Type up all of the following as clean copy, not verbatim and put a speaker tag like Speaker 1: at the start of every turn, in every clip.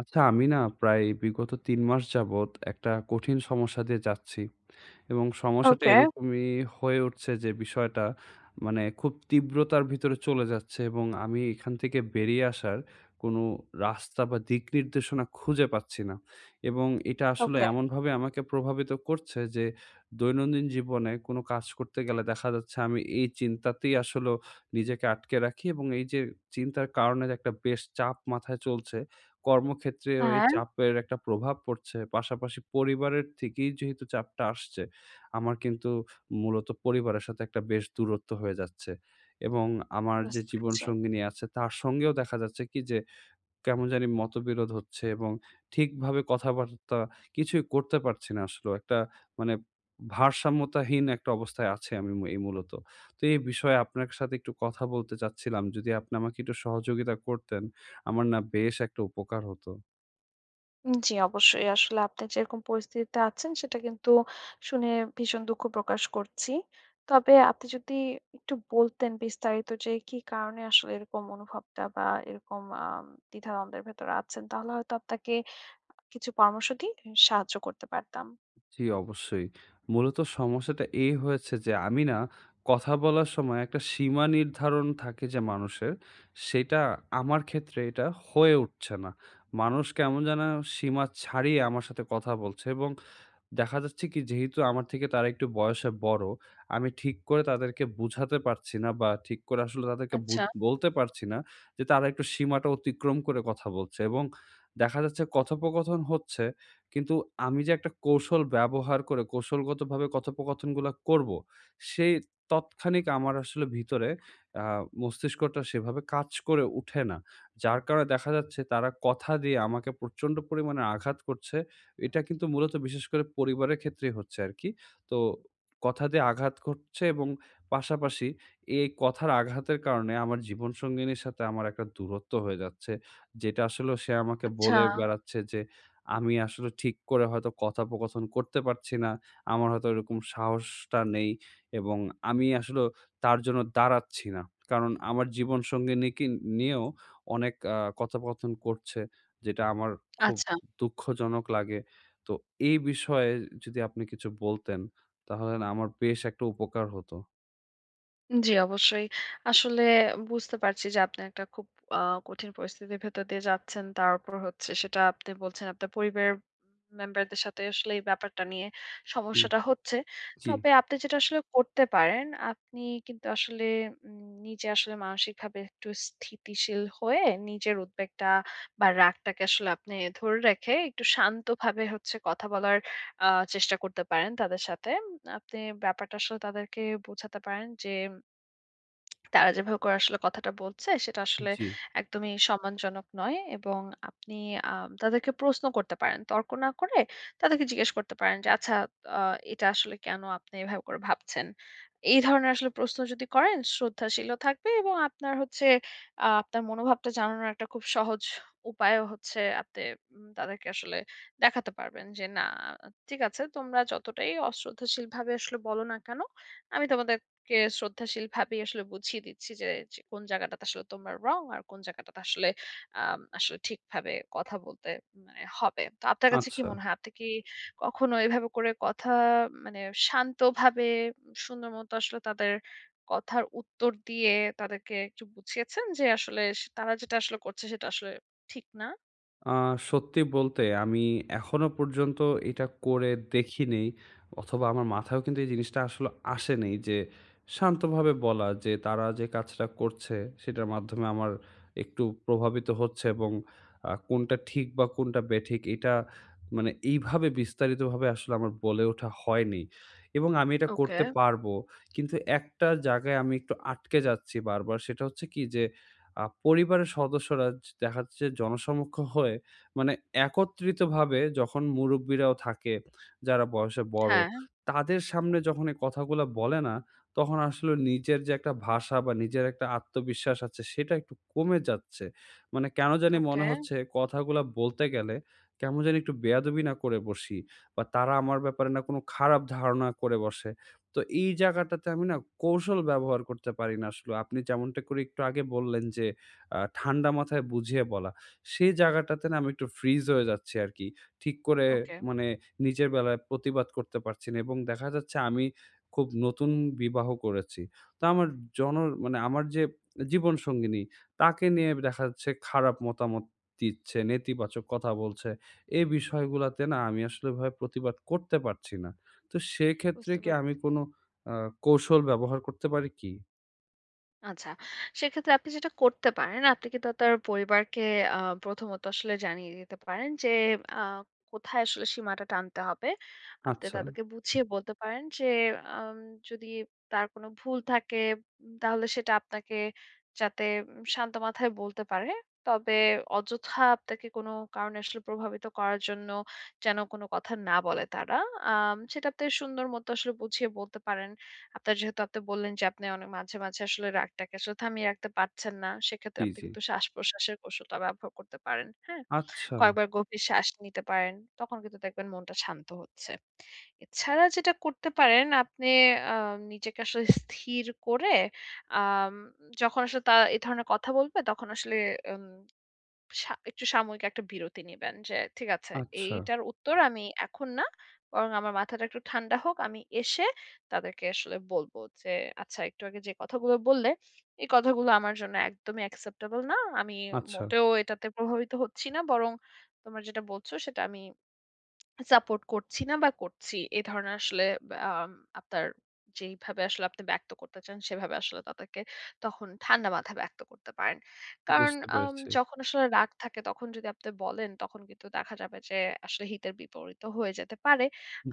Speaker 1: আচ্ছা, আমি না প্রায় বিগত ৩ মাস যাবৎ একটা কঠিন সমস্যা দিয়ে যাচ্ছি এবং সমস্যাটা
Speaker 2: ওকে, হুম।
Speaker 1: এরকমই হয়ে উঠছে যে বিষয়টা মানে খুব তীব্রতার ভিতরে চলে যাচ্ছে এবং আমি এখান থেকে বেরিয়ে আসার কোনো রাস্তা বা দিক নির্দেশনা খুঁজে পাচ্ছি না। এবং এটা আসলে
Speaker 2: ওকে।
Speaker 1: এমনভাবে আমাকে প্রভাবিত করছে যে দৈনন্দিন জীবনে কোনো কাজ করতে গেলে দেখা যাচ্ছে আমি এই চিন্তাতেই আসলে নিজেকে আটকে রাখি, এবং এই যে চিন্তার কারণে যে একটা বেশ চাপ মাথায় চলছে, কর্মক্ষেত্রে ওই
Speaker 2: হ্যাঁ,
Speaker 1: চাপের একটা প্রভাব পড়ছে। পাশাপাশি পরিবারের থেকেই যেহেতু চাপটা আসছে, আমার কিন্তু মূলত পরিবারের সাথে একটা বেশ দূরত্ব হয়ে যাচ্ছে। এবং আমার যে
Speaker 2: বুঝতে পেরেছি।
Speaker 1: জীবনসঙ্গিনী আছে তার সঙ্গেও দেখা যাচ্ছে কি যে কেমন জানি মতবিরোধ হচ্ছে এবং ঠিকভাবে কথাবার্তা কিছুই করতে পারছি না আসলেও। একটা মানে ভারসাম্যতাহীন একটা অবস্থায় আছি আমি এই মূলত। তো এই বিষয়ে আপনার সাথে একটু কথা বলতে চাচ্ছিলাম। যদি আপনি আমাকে একটু সহযোগিতা করতেন, আমার না বেশ একটা উপকার হতো।
Speaker 2: জি, অবশ্যই। আসলে আপনি যেরকম পরিস্থিতিতে আছেন সেটা কিন্তু শুনে ভীষণ দুঃখ প্রকাশ করছি। তবে আপনি যদি একটু বলতেন বিস্তারিত যে কি কারণে আসলে এরকম অনুভবটা বা এরকম দ্বিধাদ্বন্দ্বের ভেতরে আছেন, তাহলে হয়তো আপনাকে কিছু পরামর্শ দিয়ে সাহায্য করতে পারতাম।
Speaker 1: জি, অবশ্যই। মূলত সমস্যাটা এই হয়েছে যে আমি না কথা বলার সময় একটা সীমা নির্ধারণ থাকে যে মানুষের, সেটা আমার ক্ষেত্রে এটা হয়ে উঠছে না। মানুষ কেমন যেন সীমা ছাড়িয়ে আমার সাথে কথা বলছে, এবং দেখা যাচ্ছে কি যেহেতু আমার থেকে তারা একটু বয়সে বড়, আমি ঠিক করে তাদেরকে বুঝাতে পারছি না বা ঠিক করে আসলে তাদেরকে বুঝ
Speaker 2: আচ্ছা,
Speaker 1: বলতে পারছি না যে তারা একটু সীমাটা অতিক্রম করে কথা বলছে, এবং দেখা যাচ্ছে কথোপকথন হচ্ছে, কিন্তু আমি যে একটা কৌশল ব্যবহার করে কৌশলগতভাবে কথোপকথনগুলা করব, সেই তৎক্ষণিক আমার আসলে ভিতরে আ মস্তিষ্কটা সেভাবে কাজ করে উঠে না। যার কারণে দেখা যাচ্ছে তারা কথা দিয়ে আমাকে প্রচণ্ড পরিমাণে আঘাত করছে। এটা কিন্তু মূলত বিশেষ করে পরিবারের ক্ষেত্রেই হচ্ছে আরকি। তো কথা দিয়ে আঘাত ঘটছে, এবং পাশাপাশি এই কথার আঘাতের কারণে আমার জীবনসঙ্গিনীর সাথে আমার একটা দূরত্ব হয়ে যাচ্ছে। যেটা আসলে সে আমাকে
Speaker 2: আচ্ছা,
Speaker 1: বলে বেড়াচ্ছে যে, আমি আসলে ঠিক করে হয়তো কথোপকথন করতে পারছি না। আমার হয়তো ওরকম সাহসটা নেই এবং আমি আসলে তার জন্য দাঁড়াচ্ছি না। কারণ আমার জীবনসঙ্গিনীকে নিয়েও অনেক কথোপকথন করছে, যেটা আমার খুব
Speaker 2: আচ্ছা।
Speaker 1: দুঃখজনক লাগে। তো এই বিষয়ে যদি আপনি কিছু বলতেন, তাহলে না আমার বেশ একটা উপকার হতো।
Speaker 2: জি, অবশ্যই। আসলে বুঝতে পারছি যে আপনি একটা খুব আ কঠিন পরিস্থিতির ভেতর দিয়ে যাচ্ছেন। তার উপর হচ্ছে সেটা আপনি বলছেন আপনার পরিবারের মেম্বারদের সাথে আসলে এই ব্যাপারটা নিয়ে
Speaker 1: জি,
Speaker 2: সমস্যাটা হচ্ছে।
Speaker 1: জি,
Speaker 2: তবে আপনি যেটা আসলে করতে পারেন, আপনি কিন্তু আসলে নিজে আসলে মানসিকভাবে একটু স্থিতিশীল হয়ে নিজের উদ্বেগটা বা রাগটাকে আসলে আপনি ধরে রেখে একটু শান্তভাবে হচ্ছে কথা বলার আ চেষ্টা করতে পারেন তাদের সাথে। আপনি ব্যাপারটা আসলে তাদেরকে বোঝাতে পারেন যে তারা যেভাবে করে আসলে কথাটা বলছে সেটা আসলে
Speaker 1: জি।
Speaker 2: একদমই সম্মানজনক নয়। এবং আপনি তাদেরকে প্রশ্ন করতে পারেন তর্ক না করে, তাদেরকে জিজ্ঞেস করতে পারেন যে আচ্ছা, এটা আসলে কেন আপনি এভাবে করে ভাবছেন। এই ধরনের আসলে প্রশ্ন যদি করেন, শ্রদ্ধাশীল থাকবে। এবং আপনার হচ্ছে আপনার মনোভাবটা জানানোর একটা খুব সহজ উপায় হচ্ছে আপনি তাদেরকে আসলে দেখাতে পারবেন যে না, ঠিক আছে, তোমরা যতটাই অশ্রদ্ধাশীল ভাবে আসলে বলো না কেন, আমি তোমাদের কে শ্রদ্ধাশীল ভাবেই আসলে বুঝিয়ে দিচ্ছি যে যে কোন জায়গাটাতে আসলে তোমার রং, আর কোন জায়গাটাতে আসলে আসলে ঠিকভাবে কথা বলতে মানে হবে। তো আপনার কাছে কি
Speaker 1: আচ্ছা।
Speaker 2: মনে হয়, আপনি কি কখনো এভাবে করে কথা, মানে শান্তভাবে, সুন্দর মতো আসলে তাদের কথার উত্তর দিয়ে তাদেরকে একটু বুঝিয়েছেন যে আসলে তারা যেটা আসলে করছে সেটা আসলে ঠিক না?
Speaker 1: আ সত্যি বলতে আমি এখনো পর্যন্ত এটা করে দেখিনি, অথবা আমার মাথায়ও কিন্তু এই জিনিসটা আসলে আসে নাই যে শান্তভাবে বলা যে তারা যে কাজটা করছে সেটার মাধ্যমে আমার একটু প্রভাবিত হচ্ছে, এবং কোনটা ঠিক বা কোনটা বেঠিক এটা মানে এইভাবে বিস্তারিতভাবে আসলে আমার বলে ওঠা হয়নি, এবং আমি এটা
Speaker 2: ওকে।
Speaker 1: করতে পারবো। কিন্তু একটা জায়গায় আমি একটু আটকে যাচ্ছি বারবার। সেটা হচ্ছে কি যে পরিবারের সদস্যরা দেখা যাচ্ছে জনসমক্ষ হয়ে মানে একত্রিতভাবে যখন মুরুব্বিরাও থাকে, যারা বয়সে বড়,
Speaker 2: হ্যাঁ।
Speaker 1: তাদের সামনে যখন এই কথাগুলা বলে না, তখন আসলে নিজের যে একটা ভাষা বা নিজের একটা আত্মবিশ্বাস আছে, সেটা একটু কমে যাচ্ছে। মানে কেন জানি মনে
Speaker 2: ওকে,
Speaker 1: হচ্ছে কথাগুলা বলতে গেলে কেমন জানি একটু বেয়াদবি না করে বসি, বা তারা আমার ব্যাপারে না কোনো খারাপ ধারণা করে বসে। তো এই জায়গাটাতে আমি না কৌশল ব্যবহার করতে পারি না আসলে। আপনি যেমনটা করে একটু আগে বললেন যে, ঠান্ডা মাথায় বুঝিয়ে বলা। সেই জায়গাটাতে না আমি একটু ফ্রিজ হয়ে যাচ্ছি আরকি। ঠিক করে
Speaker 2: ওকে।
Speaker 1: মানে নিজের বেলায় প্রতিবাদ করতে পারছি না, এবং দেখা যাচ্ছে আমি খুব নতুন বিবাহ করেছি। তো আমার জন মানে আমার যে জীবনসঙ্গিনী, তাকে নিয়ে দেখা যাচ্ছে খারাপ মতামত দিচ্ছে, নেতিবাচক কথা বলছে। এই বিষয়গুলাতে না আমি আসলে এভাবে প্রতিবাদ করতে পারছি না। তো সেক্ষেত্রে
Speaker 2: বুঝতে
Speaker 1: কি আমি
Speaker 2: পেরেছি।
Speaker 1: কোনো আ কৌশল ব্যবহার করতে পারি কি?
Speaker 2: আচ্ছা। সেক্ষেত্রে আপনি যেটা করতে পারেন, আপনি কিন্তু আপনার পরিবারকে আ প্রথমত আসলে জানিয়ে দিতে পারেন যে আ কোথায় আসলে সীমাটা টানতে হবে। আপনি
Speaker 1: আচ্ছা।
Speaker 2: তাদেরকে বুঝিয়ে বলতে পারেন যে, আম যদি তার কোনো ভুল থাকে, তাহলে সেটা আপনাকে যাতে শান্ত মাথায় বলতে পারে। তবে অযথা আপনাকে কোনো কারণে আসলে প্রভাবিত করার জন্য যেন কোনো কথা না বলে তারা। সেটা আপনি সুন্দর মতো আসলে বুঝিয়ে বলতে পারেন। আপনার যেহেতু আপনি বললেন যে আপনি অনেক মাঝে, মাঝে আসলে রাগটাকে আসলে থামিয়ে রাখতে পারছেন না, সেক্ষেত্রে
Speaker 1: জি,
Speaker 2: আপনি
Speaker 1: জি।
Speaker 2: কিন্তু শ্বাস-প্রশ্বাসের কৌশলটা ব্যবহার করতে পারেন। হ্যাঁ?
Speaker 1: আচ্ছা,
Speaker 2: কয়েকবার গভীর শ্বাস নিতে পারেন। তখন কিন্তু দেখবেন মনটা শান্ত হচ্ছে। এছাড়া যেটা করতে পারেন, আপনি আ নিজেকে আসলে স্থির করে, আম যখন আসলে এ ধরনের কথা বলবে তখন আসলে উম একটু সাময়িক একটা বিরতি নিবেন যে, ঠিক আছে,
Speaker 1: আচ্ছা,
Speaker 2: এইটার উত্তর আমি এখন না, বরং আমার মাথাটা একটু ঠান্ডা হোক, আমি এসে তাদেরকে আসলে বলবো যে আচ্ছা, একটু আগে যে কথাগুলো বললে, এই কথাগুলো আমার জন্য একদমই অ্যাকসেপ্টেবল না, আমি
Speaker 1: আচ্ছা।
Speaker 2: মোটেও এটাতে প্রভাবিত হচ্ছি না, বরং তোমরা যেটা বলছো সেটা আমি সাপোর্ট করছি না বা করছি। এ ধরনের আসলে আম আপনার যেইভাবে আসলে আপনি ব্যক্ত করতে চান, সেভাবে আসলে তাদেরকে তখন ঠান্ডা মাথায় ব্যক্ত করতে পারেন। কারণ
Speaker 1: বুঝতে পেরেছি।
Speaker 2: যখন আসলে রাগ থাকে তখন যদি আপনি বলেন, তখন কিন্তু দেখা যাবে যে আসলে হিতের বিপরীতও হয়ে যেতে পারে।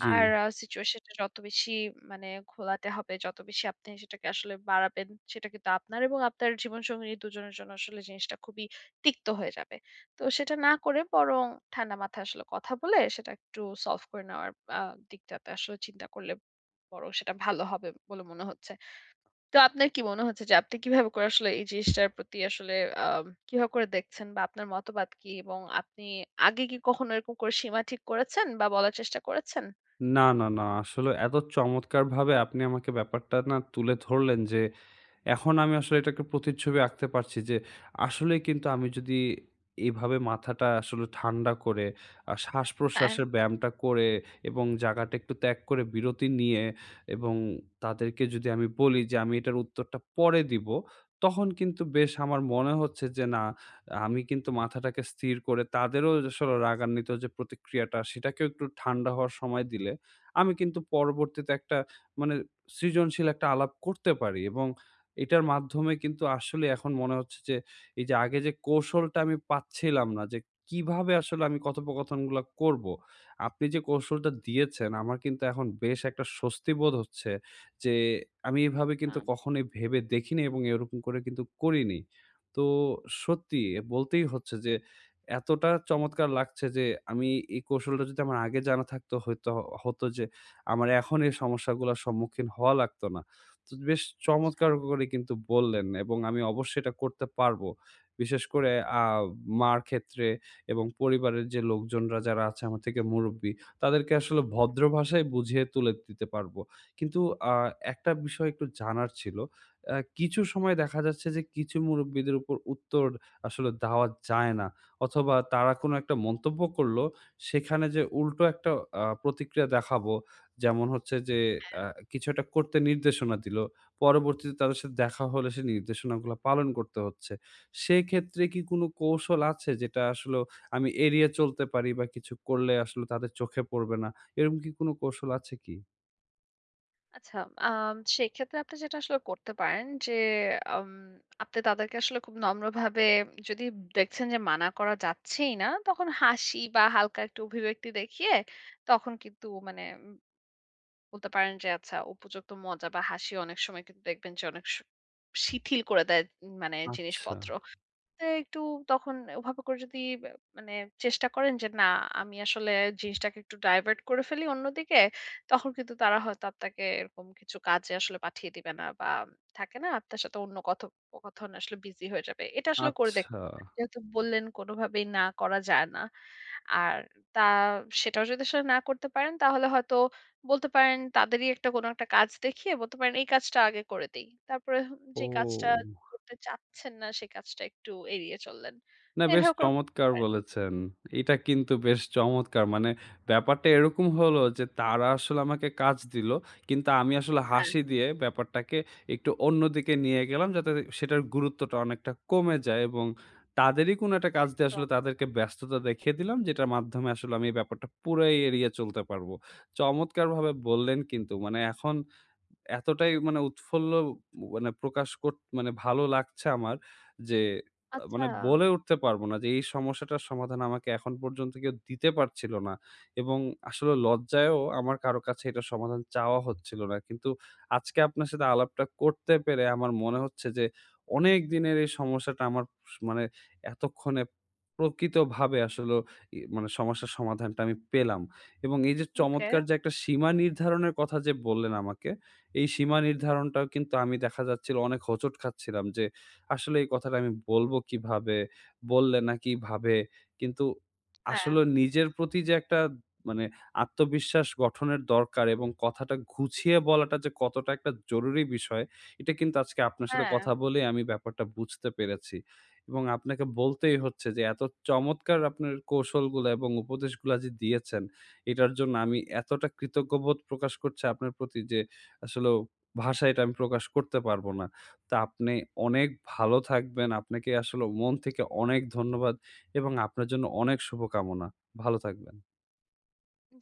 Speaker 1: জি।
Speaker 2: আর সিচুয়েশনটা যত বেশি, মানে ঘোলাটে হবে, যত বেশি আপনি সেটাকে আসলে বাড়াবেন, সেটা কিন্তু আপনার এবং আপনার জীবনসঙ্গিনী দুজনের জন্য আসলে জিনিসটা খুবই তিক্ত হয়ে যাবে। তো সেটা না করে বরং ঠান্ডা মাথায় আসলে কথা বলে সেটা একটু সলভ করে নেওয়ার আ দিকটাতে আসলে চিন্তা করলে বরং সেটা ভালো হবে বলে মনে হচ্ছে। তো আপনার কি মনে হচ্ছে যে আপনি কিভাবে করে আসলে এই জিনিসটার প্রতি আসলে আ কিভাবে করে দেখছেন বা আপনার মতবাদ কি? এবং আপনি আগে কি কখনো এরকম করে সীমা ঠিক করেছেন বা বলার চেষ্টা করেছেন?
Speaker 1: না, না, না। আসলে এত চমৎকারভাবে আপনি আমাকে ব্যাপারটা না তুলে ধরলেন যে এখন আমি আসলে এটাকে প্রতিচ্ছবি আঁকতে পারছি যে, আসলেই কিন্তু আমি যদি এভাবে মাথাটা আসলে ঠান্ডা করে,
Speaker 2: হ্যাঁ।
Speaker 1: শ্বাস-প্রশ্বাসের ব্যায়ামটা করে এবং জায়গাটা একটু ত্যাগ করে বিরতি নিয়ে এবং তাদেরকে যদি আমি বলি যে, "আমি এটার উত্তরটা পরে দিব", তখন কিন্তু বেশ আমার মনে হচ্ছে যে, না, আমি কিন্তু মাথাটাকে স্থির করে তাদেরও যে আসলে রাগান্বিত যে প্রতিক্রিয়াটা, সেটাকেও একটু ঠান্ডা হওয়ার সময় দিলে, আমি কিন্তু পরবর্তীতে একটা মানে সৃজনশীল একটা আলাপ করতে পারি, এবং এটার মাধ্যমে কিন্তু আসলে এখন মনে হচ্ছে যে, এই যে আগে যে কৌশলটা আমি পাচ্ছিলাম না যে কিভাবে আসলে আমি কথোপকথনগুলা করবো। আপনি যে কৌশলটা দিয়েছেন আমার কিন্তু এখন বেশ একটা স্বস্তি বোধ হচ্ছে যে, আমি এভাবে
Speaker 2: আ
Speaker 1: কিন্তু কখনোই ভেবে দেখিনি, এবং এরকম করে কিন্তু করিনি। তো সত্যি বলতেই হচ্ছে যে এতটা চমৎকার লাগছে যে আমি এই কৌশলটা যদি আমার আগে জানা থাকতো, হয়তো হতো যে আমার এখন এই সমস্যাগুলার সম্মুখীন হওয়া লাগতো না। তো বেশ
Speaker 2: আচ্ছা।
Speaker 1: চমৎকার করে কিন্তু বললেন, এবং আমি অবশ্যই এটা করতে পারবো। বিশেষ করে আ মার ক্ষেত্রে এবং পরিবারের যে লোকজনরা যারা আছে আমার থেকে মুরুব্বি, তাদেরকে আসলে ভদ্র ভাষায় বুঝিয়ে তুলে দিতে পারবো। কিন্তু আ একটা বিষয় একটু জানার ছিল। কিছু সময় দেখা যাচ্ছে যে কিছু মুরুব্বিদের উপর উত্তর আসলে দেওয়া যায় না। অথবা তারা কোনো একটা মন্তব্য করলো, সেখানে যে উল্টো একটা প্রতিক্রিয়া দেখাবো, যেমন হচ্ছে যে আ
Speaker 2: হ্যাঁ।
Speaker 1: কিছু একটা করতে নির্দেশনা দিল। পরবর্তীতে তাদের সাথে দেখা হলে সেই নির্দেশনাগুলা পালন করতে হচ্ছে। সেক্ষেত্রে কি কোনো কৌশল আছে যেটা আসলেও আমি এড়িয়ে চলতে পারি বা কিছু করলে আসলে তাদের চোখে পড়বে না? এরকম কি কোনো কৌশল আছে কি?
Speaker 2: আচ্ছা, সেক্ষেত্রে আপনি যেটা আসলে করতে পারেন যে, আম আপনি তাদেরকে আসলে খুব নম্রভাবে, যদি দেখছেন যে মানা করা যাচ্ছেই না, তখন হাসি বা হালকা একটু অভিব্যক্তি দেখিয়ে, তখন কিন্তু মানে বলতে পারেন যে আচ্ছা, উপযুক্ত মজা বা হাসি অনেক সময় কিন্তু দেখবেন যে অনেক শিথিল করে দেয়, উম, মানে
Speaker 1: আচ্ছা,
Speaker 2: জিনিসপত্র। একটু তখন ওভাবে করে যদি বে মানে চেষ্টা করেন যে না, আমি আসলে জিনিসটাকে একটু ডাইভার্ট করে ফেলি অন্যদিকে, তখন কিন্তু তারা হয়তো আপনাকে এরকম কিছু কাজে আসলে পাঠিয়ে দিবে না, বা থাকে না, আপনার সাথে অন্য কথোপকথন আসলে বিজি হয়ে যাবে। এটা আসলে করে দেখ,
Speaker 1: আচ্ছা।
Speaker 2: যেহেতু বললেন কোনোভাবেই না করা যায় না। আর তা সেটাও যদি আসলে না করতে পারেন, তাহলে হয়তো বলতে পারেন, তাদেরই একটা কোনো একটা কাজ দেখিয়ে বলতে পারেন, এই কাজটা আগে করে দেই। তারপরে
Speaker 1: ও!
Speaker 2: যে কাজটা করতে চাচ্ছেন না সে কাজটা একটু এড়িয়ে চললেন।
Speaker 1: না,
Speaker 2: তো
Speaker 1: বেশ
Speaker 2: এভাবে করে করতে
Speaker 1: চমৎকার
Speaker 2: পারেন।
Speaker 1: বলেছেন। এটা কিন্তু বেশ চমৎকার। মানে ব্যাপারটা এরকম হলো যে তারা আসলে আমাকে কাজ দিল। কিন্তু আমি আসলে
Speaker 2: হ্যাঁ,
Speaker 1: হাসি দিয়ে ব্যাপারটাকে একটু অন্যদিকে নিয়ে গেলাম যাতে সেটার গুরুত্বটা অনেকটা কমে যায়, এবং তাদেরই কোনো একটা কাজ দিয়ে আসলে
Speaker 2: একদম।
Speaker 1: তাদেরকে ব্যস্ততা দেখিয়ে দিলাম যেটার মাধ্যমে আসলে আমি এই ব্যাপারটা পুরাই এড়িয়ে চলতে পারবো। চমৎকারভাবে বললেন কিন্তু। মানে এখন এতটাই মানে উৎফুল্ল মানে প্রকাশ কর মানে ভালো লাগছে আমার যে মানে
Speaker 2: আচ্ছা,
Speaker 1: বলে উঠতে পারবো না যে এই সমস্যাটার সমাধান আমাকে এখন পর্যন্ত কেউ দিতে পারছিল না। এবং আসলে লজ্জায়ও আমার কারো কাছে এটার সমাধান চাওয়া হচ্ছিল না। কিন্তু আজকে আপনার সাথে আলাপটা করতে পেরে আমার মনে হচ্ছে যে অনেক দিনের এই সমস্যাটা আমার মানে এতক্ষণে প্রকৃতভাবে আসলে মানে সমস্যার সমাধানটা আমি পেলাম। এবং এই যে
Speaker 2: ওকে।
Speaker 1: চমৎকার যে একটা সীমা নির্ধারণের কথা যে বললেন আমাকে, এই সীমা নির্ধারণটাও কিন্তু আমি দেখা যাচ্ছিল অনেক হোঁচট খাচ্ছিলাম যে, আসলে এই কথাটা আমি বলব কিভাবে? বললে নাকি ভাবে? কিন্তু
Speaker 2: হ্যাঁ,
Speaker 1: আসলে নিজের প্রতি যে একটা মানে আত্মবিশ্বাস গঠনের দরকার এবং কথাটা গুছিয়ে বলাটা যে কতটা একটা জরুরি বিষয়, এটা কিন্তু আজকে আপনার সাথে
Speaker 2: হ্যাঁ।
Speaker 1: কথা বলেই আমি ব্যাপারটা বুঝতে পেরেছি। এবং আপনাকে বলতেই হচ্ছে যে এত চমৎকার আপনার কৌশলগুলা এবং উপদেশগুলা যে দিয়েছেন, এটার জন্য আমি এতটা কৃতজ্ঞ বোধ প্রকাশ করছি আপনার প্রতি যে আসলেও ভাষায় এটা আমি প্রকাশ করতে পারব না। তো আপনি অনেক ভালো থাকবেন। আপনাকে আসলে মন থেকে অনেক ধন্যবাদ এবং আপনার জন্য অনেক শুভকামনা। ভালো থাকবেন।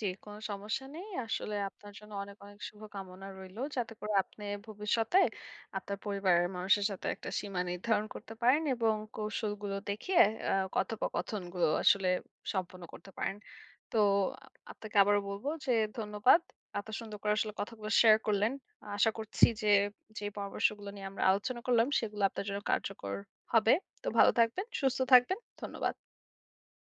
Speaker 2: জি, কোনো সমস্যা নেই। আসলে আপনার জন্য অনেক, অনেক শুভকামনা রইলো, যাতে করে আপনি ভবিষ্যতে আপনার পরিবারের মানুষের সাথে একটা সীমা নির্ধারণ করতে পারেন এবং কৌশলগুলো দেখিয়ে কথোপকথনগুলো আসলে সম্পন্ন করতে পারেন। তো আ আপনাকে আবারও বলব যে ধন্যবাদ। এত সুন্দর করে আসলে কথাগুলো শেয়ার করলেন। আশা করছি যে, যে পরামর্শগুলো নিয়ে আমরা আলোচনা করলাম সেগুলো আপনার জন্য কার্যকর হবে। তো ভালো থাকবেন, সুস্থ থাকবেন। ধন্যবাদ।